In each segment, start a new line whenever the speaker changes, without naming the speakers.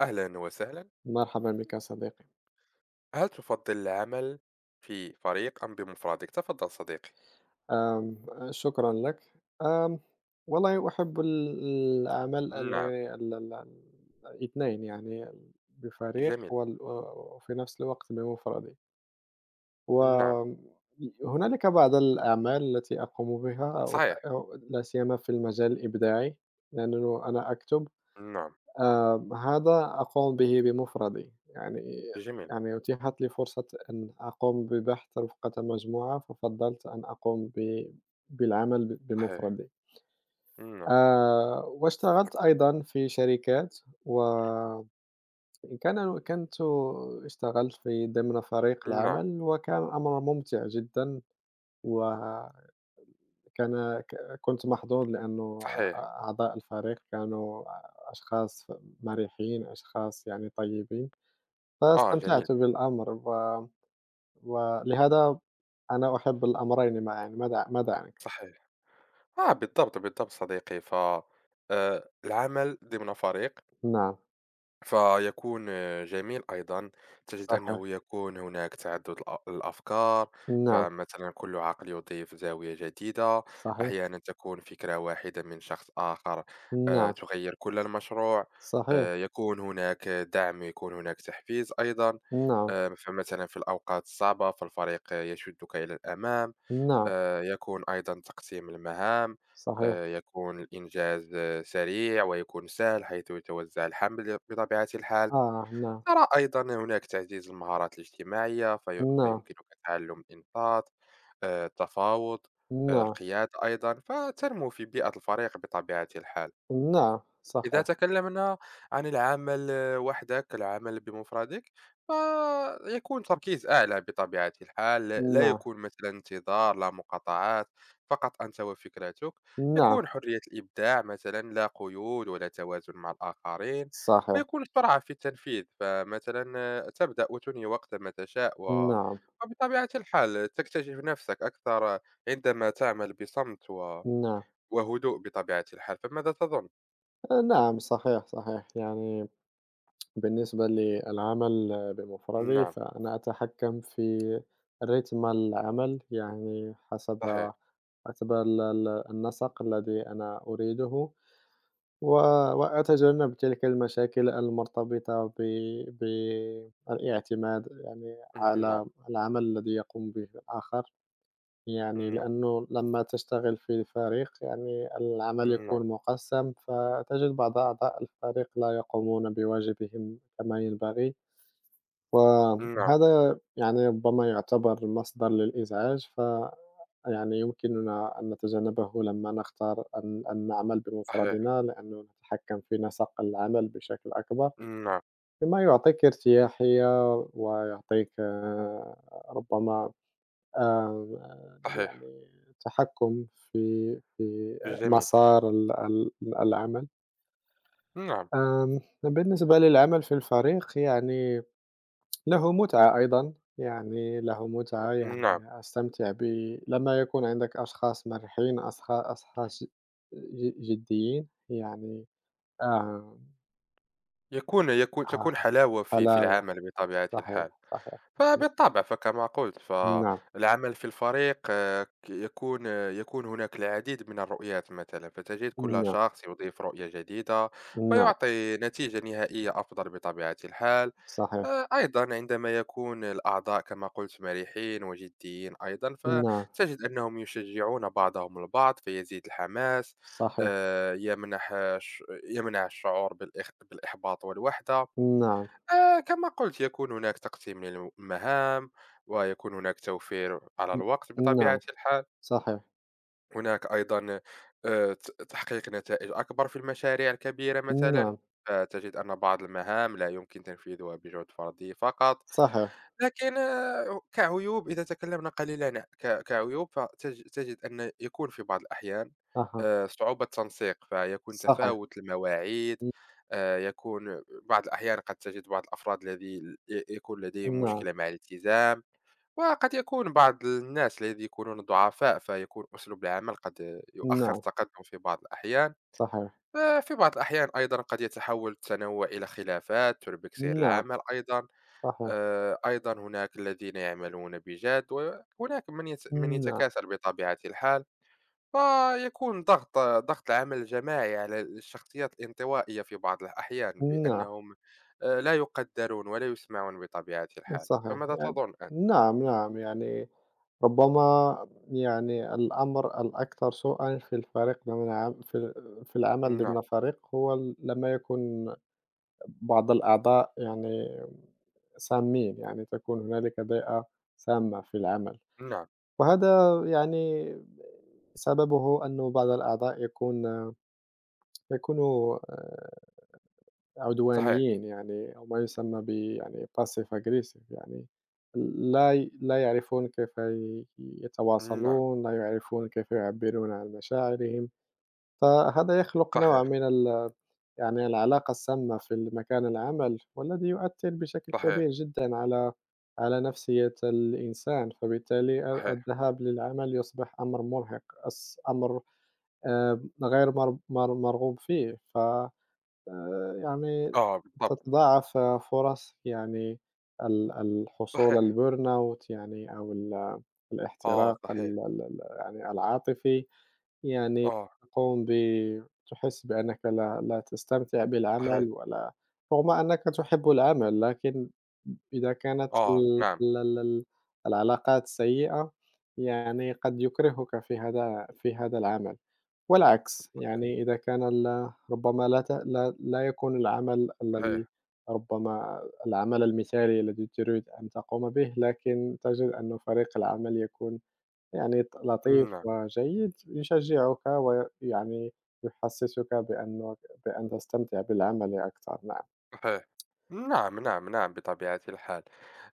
أهلا وسهلا.
مرحبا بك صديقي.
هل تفضل العمل في فريق أم بمفردك؟ تفضل صديقي.
أم، شكرا لك. أم، والله أحب العمل
نعم.
ال- ال- الاثنين، يعني بفريق
جميل.
وفي نفس الوقت بمفردي.
نعم.
وهنالك بعض الأعمال التي أقوم بها،
صحيح.
أو لا سيما في المجال الإبداعي، لأنه أنا أكتب.
نعم.
هذا أقوم به بمفردي، يعني.
جميل.
يعني أُتيحت لي فرصة أن أقوم ببحث رفقة مجموعة، ففضّلت أن أقوم بالعمل
صحيح.
بمفردي.
نعم.
واشتغلت أيضًا في شركات، وكان كنت اشتغلت في ضمن فريق
نعم.
العمل، وكان الأمر ممتع جدًا، وكان ك كنت محظوظ، لأنه
صحيح.
أعضاء الفريق كانوا أشخاص مرحّين، أشخاص يعني طيبين.
آه، جميل.
فاستمتعت بالأمر، ولهذا أنا أحب الأمرين معًا، يعني ماذا عنك؟
صحيح. آه، بالضبط بالضبط صديقي، ف آه، العمل ضمن فريق
نعم،
فيكون جميل أيضًا، تجد
صحيح،
أنه يكون هناك تعدد الأفكار،
نعم،
فمثلًا كل عقل يضيف زاوية جديدة،
صحيح،
أحيانًا تكون فكرة واحدة من شخص آخر،
نعم،
تغيّر كل المشروع.
صحيح،
يكون هناك دعم، يكون هناك تحفيز أيضًا.
نعم،
فمثلًا في الأوقات الصعبة فالفريق يشدك إلى الأمام.
نعم،
يكون أيضًا تقسيم المهام.
صحيح،
يكون الإنجاز سريع ويكون سهل حيث يتوزع الحمل بطبيعة الحال.
آه، نعم،
أرى أيضًا هناك تعزيز المهارات الاجتماعية،
نعم،
فيمكنك تعلم الإنضباط، التفاوض،
نعم،
القيادة أيضًا، فتنمو في بيئة الفريق بطبيعة الحال.
نعم،
إذا
صحيح،
تكلمنا عن العمل بمفردك فيكون تركيز أعلى بطبيعة الحال، لا
نعم،
يكون مثلا انتظار، لا مقاطعات، فقط أنت وفكرتك،
نعم،
يكون حرية الإبداع مثلا، لا قيود ولا توازن مع الآخرين،
صحيح،
ويكون السرعة في التنفيذ، فمثلا تبدأ وتنهي وقتما تشاء، و
نعم،
وبطبيعة الحال تكتشف نفسك أكثر عندما تعمل بصمت و...
نعم،
وهدوء بطبيعة الحال. فماذا تظن؟
نعم، صحيح، صحيح، يعني بالنسبة للعمل بمفردي،
نعم.
فأنا أتحكم في رتم العمل، يعني حسب
صحيح.
حسب ال ال النسق الذي أنا أريده، و وأتجنب تلك المشاكل المرتبطة بالاعتماد، يعني على
نعم،
العمل الذي يقوم به الآخر. يعني
نعم،
لأنه لما تشتغل في فريق، يعني العمل
نعم،
يكون مقسّم، فتجد بعض أعضاء الفريق لا يقومون بواجبهم كما ينبغي.
نعم،
وهذا يعني ربما يعتبر مصدر للإزعاج، ف يعني يمكننا أن نتجنبه لمّا نختار أن نعمل
صحيح،
بمفردنا، لأنه نتحكم في نسق العمل بشكل أكبر،
نعم،
مما يعطيك ارتياحية، ويعطيك آه، ربما
صحيح،
يعني تحكم في في
جميل،
مسار ال ال العمل.
نعم،
بالنسبة للعمل في الفريق، يعني له متعة أيضًا، يعني له متعة،
نعم.
يعني أستمتع لمّا يكون عندك أشخاص مرحّين، أشخاص جديين، يعني آه،
يكون يكون
آه،
تكون حلاوة في
حلاوة،
العمل بطبيعة
صحيح،
الحال.
صحيح،
فبالطبع فكما قلت
نعم،
فالعمل في الفريق، يكون هناك العديد من الرؤيات مثلا، فتجد كل
نعم،
شخص يضيف رؤية جديدة
نعم،
ويعطي نتيجة نهائية أفضل بطبيعة الحال.
صحيح،
أيضًا عندما يكون الأعضاء كما قُلت مرحين وجديين أيضًا،
نعم،
فتجد أنهم يشجعون بعضهم البعض فيزيد الحماس.
صحيح،
يمنح ش يمنع الشعور بالإحباط والوحدة.
نعم،
كما قُلت يكون هناك تقسيم للمهام، ويكون هناك توفير على الوقت
ن نعم،
بطبيعة الحال.
صحيح،
هناك أيضًا ت تحقيق نتائج أكبر في المشاريع الكبيرة مثلًا،
نعم،
فتجد أن بعض المهام لا يمكن تنفيذها بجهد فردي فقط.
صحيح،
لكن كعيوب، إذا تكلمنا قليلًا كعيوب، تجد أن يكون في بعض الأحيان
أها،
صعوبة تنسيق، فيكون
صحيح،
تفاوت المواعيد.
ن
يكون بعض الأحيان قد تجد بعض الأفراد الذي يكون لديهم
نعم،
مشكلة مع الالتزام، وقد يكون بعض الناس الذي يكونون ضعفاء، فيكون أسلوب العمل قد يؤخر
نعم،
التقدم في بعض الأحيان،
صحيح،
ففي بعض الأحيان أيضًا قد يتحول التنوع إلى خلافات تربك سير
نعم،
العمل أيضًا.
صحيح،
أيضًا هناك الذين يعملون بجد، وهناك من
نعم،
يتكاسل بطبيعة الحال، فيكون ضغط العمل الجماعي على الشخصيات الانطوائية في بعض الأحيان،
نعم.
بأنهم لا يقدّرون ولا يسمعون بطبيعة الحال.
صحيح.
فماذا
يعني
تظن أنت؟
نعم، نعم. يعني ربما يعني الأمر الأكثر سوءًا في الفريق، ضمن عم في العمل
نعم،
ضمن فريق، هو لما يكون بعض الأعضاء يعني سامين، يعني تكون هنالك بيئة سامة في العمل.
نعم،
وهذا يعني سببه أنه بعض الأعضاء يكونوا آه،
صحيح،
عدوانيين، يعني أو ما يسمى ب يعني passive aggressive، يعني لا يعرفون كيف ي
نعم،
يتواصلون، لا يعرفون كيف يعبّرون عن مشاعرهم، فهذا يخلق نوع
صحيح،
من يعني العلاقة السامة في مكان العمل، والذي يؤثّر بشكل كبير
صحيح،
جدًا على نفسية الإنسان. فبالتالي
صحيح،
الذهاب للعمل يصبح أمر مُرهق، أمر غير مر مر مرغوب فيه، ف يعني
آه بالضبط،
تتضاعف آه، فرص يعني الحصول على
صحيح،
الburnout، يعني أو
آه
الاحتراق
صحيح،
ال ال ال يعني العاطفي، يعني
آه
تقوم ب تحس بأنك لا تستمتع
صحيح،
بالعمل ولا رغم أنك تحب العمل، لكن إذا كانت
آه
ال
نعم،
ال ال ال العلاقات سيئة، يعني قد يكرهك في هذا العمل. والعكس،
صحيح،
يعني إذا كان ال ربما لا ت لا لا يكون العمل الذي
صحيح،
ربما العمل المثالي الذي تريد أن تقوم به، لكن تجد أن فريق العمل يكون يعني لطيف
نعم.
وجيد، يشجّعك، ويعني يحسّسك بأنك بأن تستمتع بالعمل أكثر، نعم.
صحيح. نعم، نعم، نعم، بطبيعة الحال.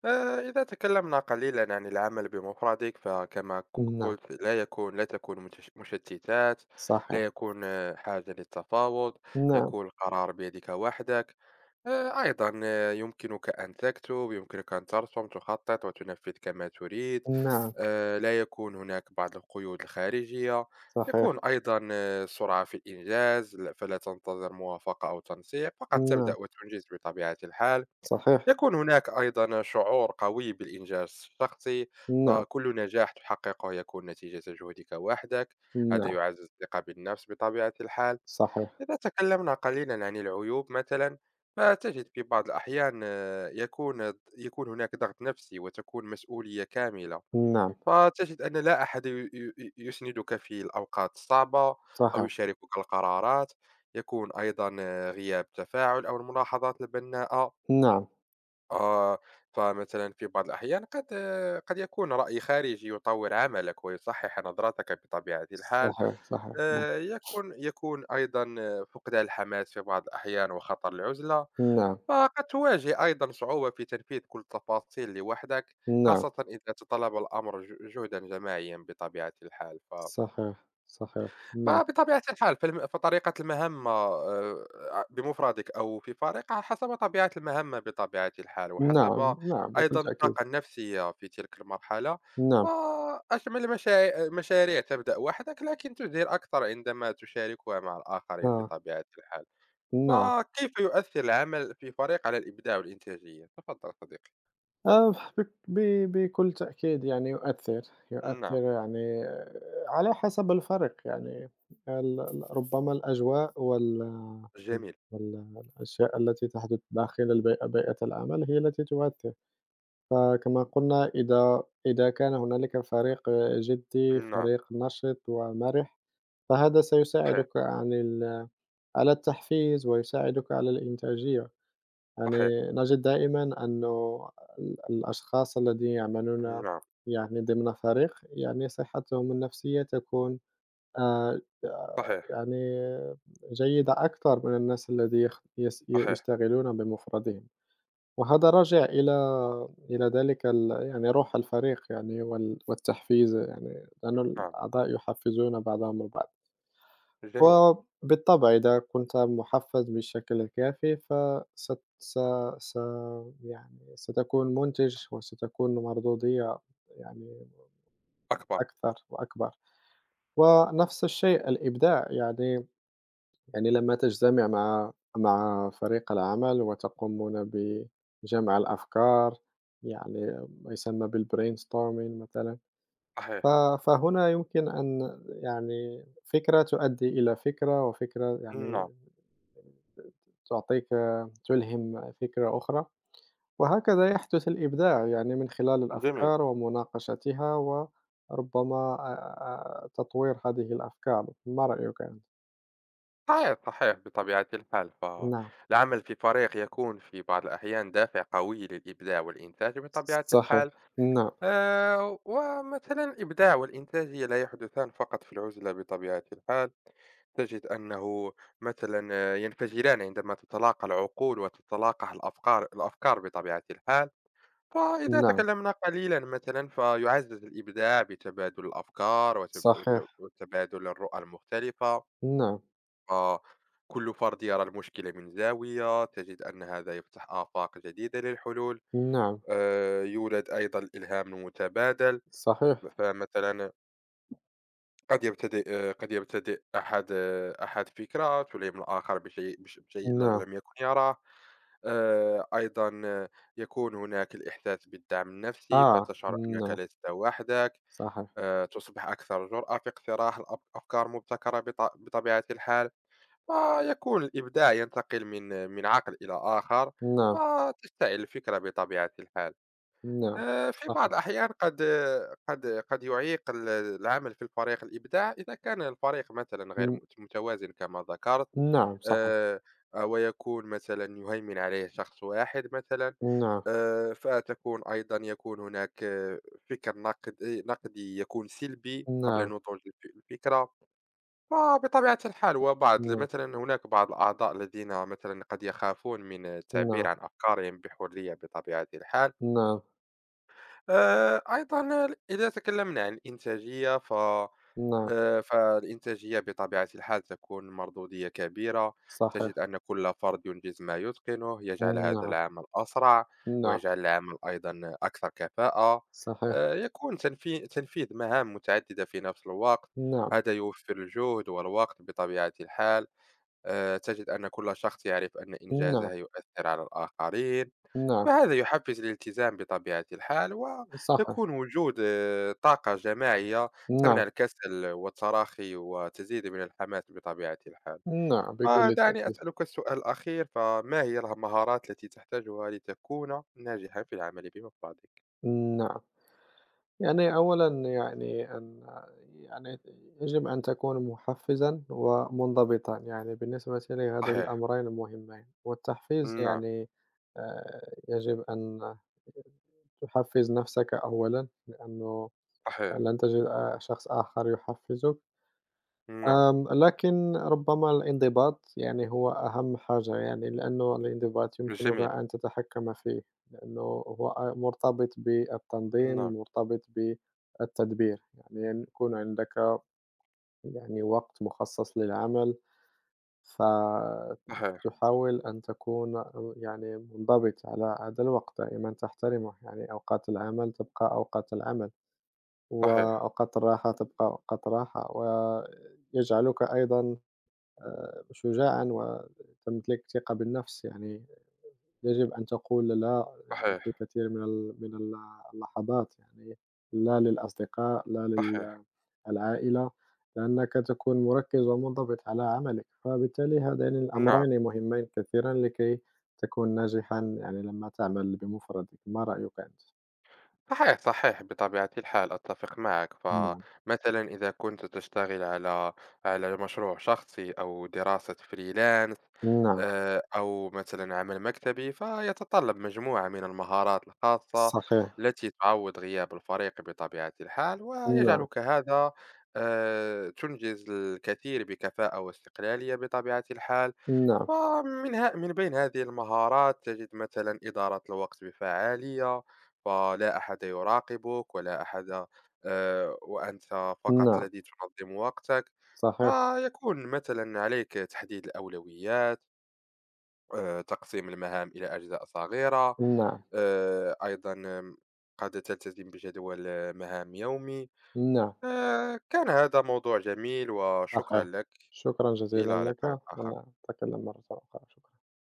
إذا تكلمنا قليلًا عن العمل بمفردك، فكما ق
نعم،
قلت لا تكون مشتتات،
صحيح.
لا يكون حاجة للتفاوض،
نعم،
يكون القرار بيدك وحدك. أيضًا يمكنك أن تكتب، يمكنك أن ترسم، تخطط وتنفذ كما تريد.
نعم،
لا يكون هناك بعض القيود الخارجية.
صحيح،
يكون أيضا سرعة في الإنجاز، فلا تنتظر موافقة أو تنسيق، فقط
نعم،
تبدأ وتنجز بطبيعة الحال.
صحيح،
يكون هناك أيضا شعور قوي بالإنجاز الشخصي،
نعم،
فكل نجاح تحققه يكون نتيجة جهدك وحدك، هذا
نعم،
يعزز الثقة بالنفس بطبيعة الحال.
صحيح،
إذا تكلمنا قليلا عن العيوب مثلا، فتجد في بعض الأحيان يكون هناك ضغط نفسي وتكون مسؤولية كاملة،
نعم،
فتجد أن لا أحد ي ي يسندك في الأوقات الصعبة أو
صحيح،
يشاركك القرارات، يكون أيضًا غياب التفاعل أو الملاحظات البناءة.
نعم،
آآ، فمثلًا في بعض الأحيان قد يكون رأي خارجي يطور عملك ويصحح نظرتك بطبيعة الحال.
صحيح، صحيح، نعم.
يكون أيضًا فقدان الحماس في بعض الأحيان وخطر العزلة.
نعم،
فقد تواجه أيضا صعوبة في تنفيذ كل التفاصيل لوحدك،
نعم،
خاصة إذا تطلب الأمر جهدا جماعيا بطبيعة الحال.
صحيح، صحيح، نعم،
فبطبيعة الحال فطريقة المهمة، بمفردك أو في فريق حسب طبيعة المهمة بطبيعة الحال،
نعم،
وحسب
نعم، بكل
أيضا
تأكيد،
الطاقة النفسية في تلك المرحلة.
نعم،
فأجمل المشاريع تبدأ وحدك لكن تدير أكثر عندما تشاركها مع الآخرين
آه،
بطبيعة الحال.
نعم،
فكيف يؤثر العمل في فريق على الإبداع والإنتاجية؟ تفضل صديقي.
آه، بك ب بكل تأكيد يعني يؤثّر،
نعم،
يؤثّر يعني آه، على حسب الفرق، يعني ال ال ربما الأجواء
جميل.
الأشياء التي تحدث داخل البيئة بيئة العمل هي التي تؤثّر. فكما قلنا، إذا كان هنالك فريق جدّي،
نعم،
فريق نشِط ومَرِح، فهذا
صحيح،
سيساعدك عن ال على التحفيز، ويساعدك على الإنتاجية.
صحيح.
يعني نجد دائمًا أنه الأشخاص الذين يعملون
نعم،
يعني ضمن فريق، يعني صحتهم النفسية تكون آآ
صحيح،
يعني جيدة أكثر من الناس الذي يخ يس
صحيح.
يشتغلون بمفردهم. وهذا راجع إلى ذلك يعني روح الفريق، يعني والتحفيز، يعني لأن
نعم،
الأعضاء يحفّزون بعضهم البعض.
جميل.
وبالطبع إذا كنت محفّز بالشكل الكافي فست س س يعني ستكون مُنتِج، وستكون مردودية يعني
أكبر.
أكثر وأكبر. ونفس الشيء الإبداع، يعني يعني لمّا تجتمع مع فريق العمل وتقومون بجمع الأفكار، يعني ما يسمى بالbrainstorming مثلًا، ف
صحيح.
فهنا يمكن أن يعني فكرة تؤدي إلى فكرة، وفكرة يعني
نعم،
تعطيك تلهم فكرة أخرى، وهكذا يحدث الإبداع، يعني من خلال
جميل.
الأفكار ومناقشتها وربما تطوير هذه الأفكار. ما رأيك أنت؟
صحيح، صحيح بطبيعة الحال.
نعم،
فالعمل في فريق يكون في بعض الأحيان دافع قوي للإبداع والإنتاج بطبيعة
صحيح،
الحال.
نعم،
ومثلا الإبداع والإنتاجية لا يحدثان فقط في العزلة بطبيعة الحال، تجد أنه مثلا ينفجران عندما تتلاقى العقول وتتلاقى الأفكار بطبيعة الحال. فإذا
نعم.
تكلمنا قليلا مثلا، فيعزز الإبداع بتبادل الأفكار
صحيح،
وتبادل الرؤى المختلفة،
نعم،
فكل فرد يرى المشكلة من زاوية، تجد أن هذا يفتح آفاق جديدة للحلول.
نعم،
يولد أيضا الإلهام المتبادل،
صحيح،
فمثلا قد يبتدئ أحد فكرة تلهم الآخر بشيء
نعم،
لم يكن يراه. آه، أيضا آه، يكون هناك الإحساس بالدعم النفسي،
آه،
فتشعر أنك
نعم،
لست وحدك.
صحيح،
تصبح أكثر جرأة في اقتراح أفكار مبتكرة بطبيعة الحال، فيكون الإبداع ينتقل من عقل إلى آخر،
نعم،
فتشتعل الفكرة بطبيعة الحال.
نعم،
في بعض
صحيح،
الأحيان قد يُعيق العمل في الفريق الإبداع إذا كان الفريق مثلًا غير
ن
متوازن كما ذكرت.
نعم، صحيح،
آآ، ويكون مثلًا يهيمن عليه شخص واحد مثلًا.
نعم،
فتكون أيضًا يكون هناك فكر نقدي يكون سلبي قبل
نعم،
نضوج الفكرة، فبطبيعة الحال وبعض
نعم،
مثلًا هناك بعض الأعضاء الذين مثلًا قد يخافون من التعبير
نعم،
عن أفكارهم بحرية بطبيعة الحال.
نعم،
أيضًا إذا تكلمنا عن الإنتاجية، ف
نعم،
فالإنتاجية بطبيعة الحال تكون مردودية كبيرة،
صحيح،
تجد أن كل فرد ينجز ما يتقنه، يجعل هذا
نعم،
العمل أسرع،
نعم،
ويجعل العمل أيضًا أكثر كفاءة.
صحيح،
يكون تنفيذ مهام متعددة في نفس الوقت،
نعم،
هذا يوفر الجهد والوقت بطبيعة الحال. تجد أن كل شخص يعرف أن
نعم،
إنجازه يؤثر على الآخرين،
نعم،
فهذا يحفز الالتزام بطبيعة الحال،
صحيح،
ويكون وجود طاقة جماعية
نعم،
تمنع الكسل والتراخي وتزيد من الحماس بطبيعة الحال.
نعم، بكل
ودعني
تأكيد،
أسألك السؤال الأخير، فما هي المهارات التي تحتاجها لتكون ناجحًا في العمل بمفردك؟
نعم. يعني أولًا يعني أن يعني يجب أن تكون محفّزًا ومنضبطًا، يعني بالنسبة لي هذا
صحيح،
الأمرين مهمين. والتحفيز
نعم،
يعني يجب أن تحفّز نفسك أولًا، لأنه
صحيح،
لن تجد شخص آخر يحفّزك.
نعم،
لكن ربما الانضباط يعني هو أهم حاجة، يعني لأنه الانضباط يمكنك
جميل،
أن تتحكم فيه، لأنه هو مرتبط بالتنظيم،
نعم،
مرتبط بالتدبير، يعني أن يكون عندك يعني وقت مخصص للعمل،
صحيح،
فتحاول أن تكون يعني منضبط على هذا الوقت، دائمًا تحترمه، يعني أوقات العمل تبقى أوقات العمل،
صحيح،
وأوقات الراحة تبقى أوقات الراحة، ويجعلك أيضًا شجاعًا وتمتلك ثقة بالنفس، يعني يجب أن تقول "لا" يعني في
صحيح،
كثير من ال اللحظات، يعني لا للأصدقاء، لا
صحيح،
للعائلة، لأنك تكون مركّز ومنضبط على عملك. فبالتالي هذين
نعم.
الأمرين مهمين كثيرًا لكي تكون ناجحًا، يعني لمّا تعمل بمفردك. ما رأيك أنت؟
صحيح صحيح بطبيعة الحال، أتفق معك،
نعم،
فمثلا إذا كنت تشتغل على مشروع شخصي أو دراسة فريلانس،
نعم،
أو مثلا عمل مكتبي، فيتطلب مجموعة من المهارات الخاصة
صحيح،
التي تعوض غياب الفريق بطبيعة الحال،
نعم،
ويجعلك هذا تنجز الكثير بكفاءة واستقلالية بطبيعة الحال.
نعم،
ومن ها من بين هذه المهارات تجد مثلا إدارة الوقت بفعالية، فلا أحد يراقبك ولا أحد، وأنت فقط
نعم،
الذي تنظم وقتك،
صحيح،
فيكون مثلا عليك تحديد الأولويات، تقسيم المهام إلى أجزاء صغيرة،
نعم،
آه، أيضا آم، قد تلتزم بجدول مهام يومي.
نعم.
كان هذا موضوع جميل وشكرا
صحيح.
لك.
شكرًا
إلى
جزيلًا
لقاء
لك،
آخر.
ونتكلم مرة أخرى، شكرًا.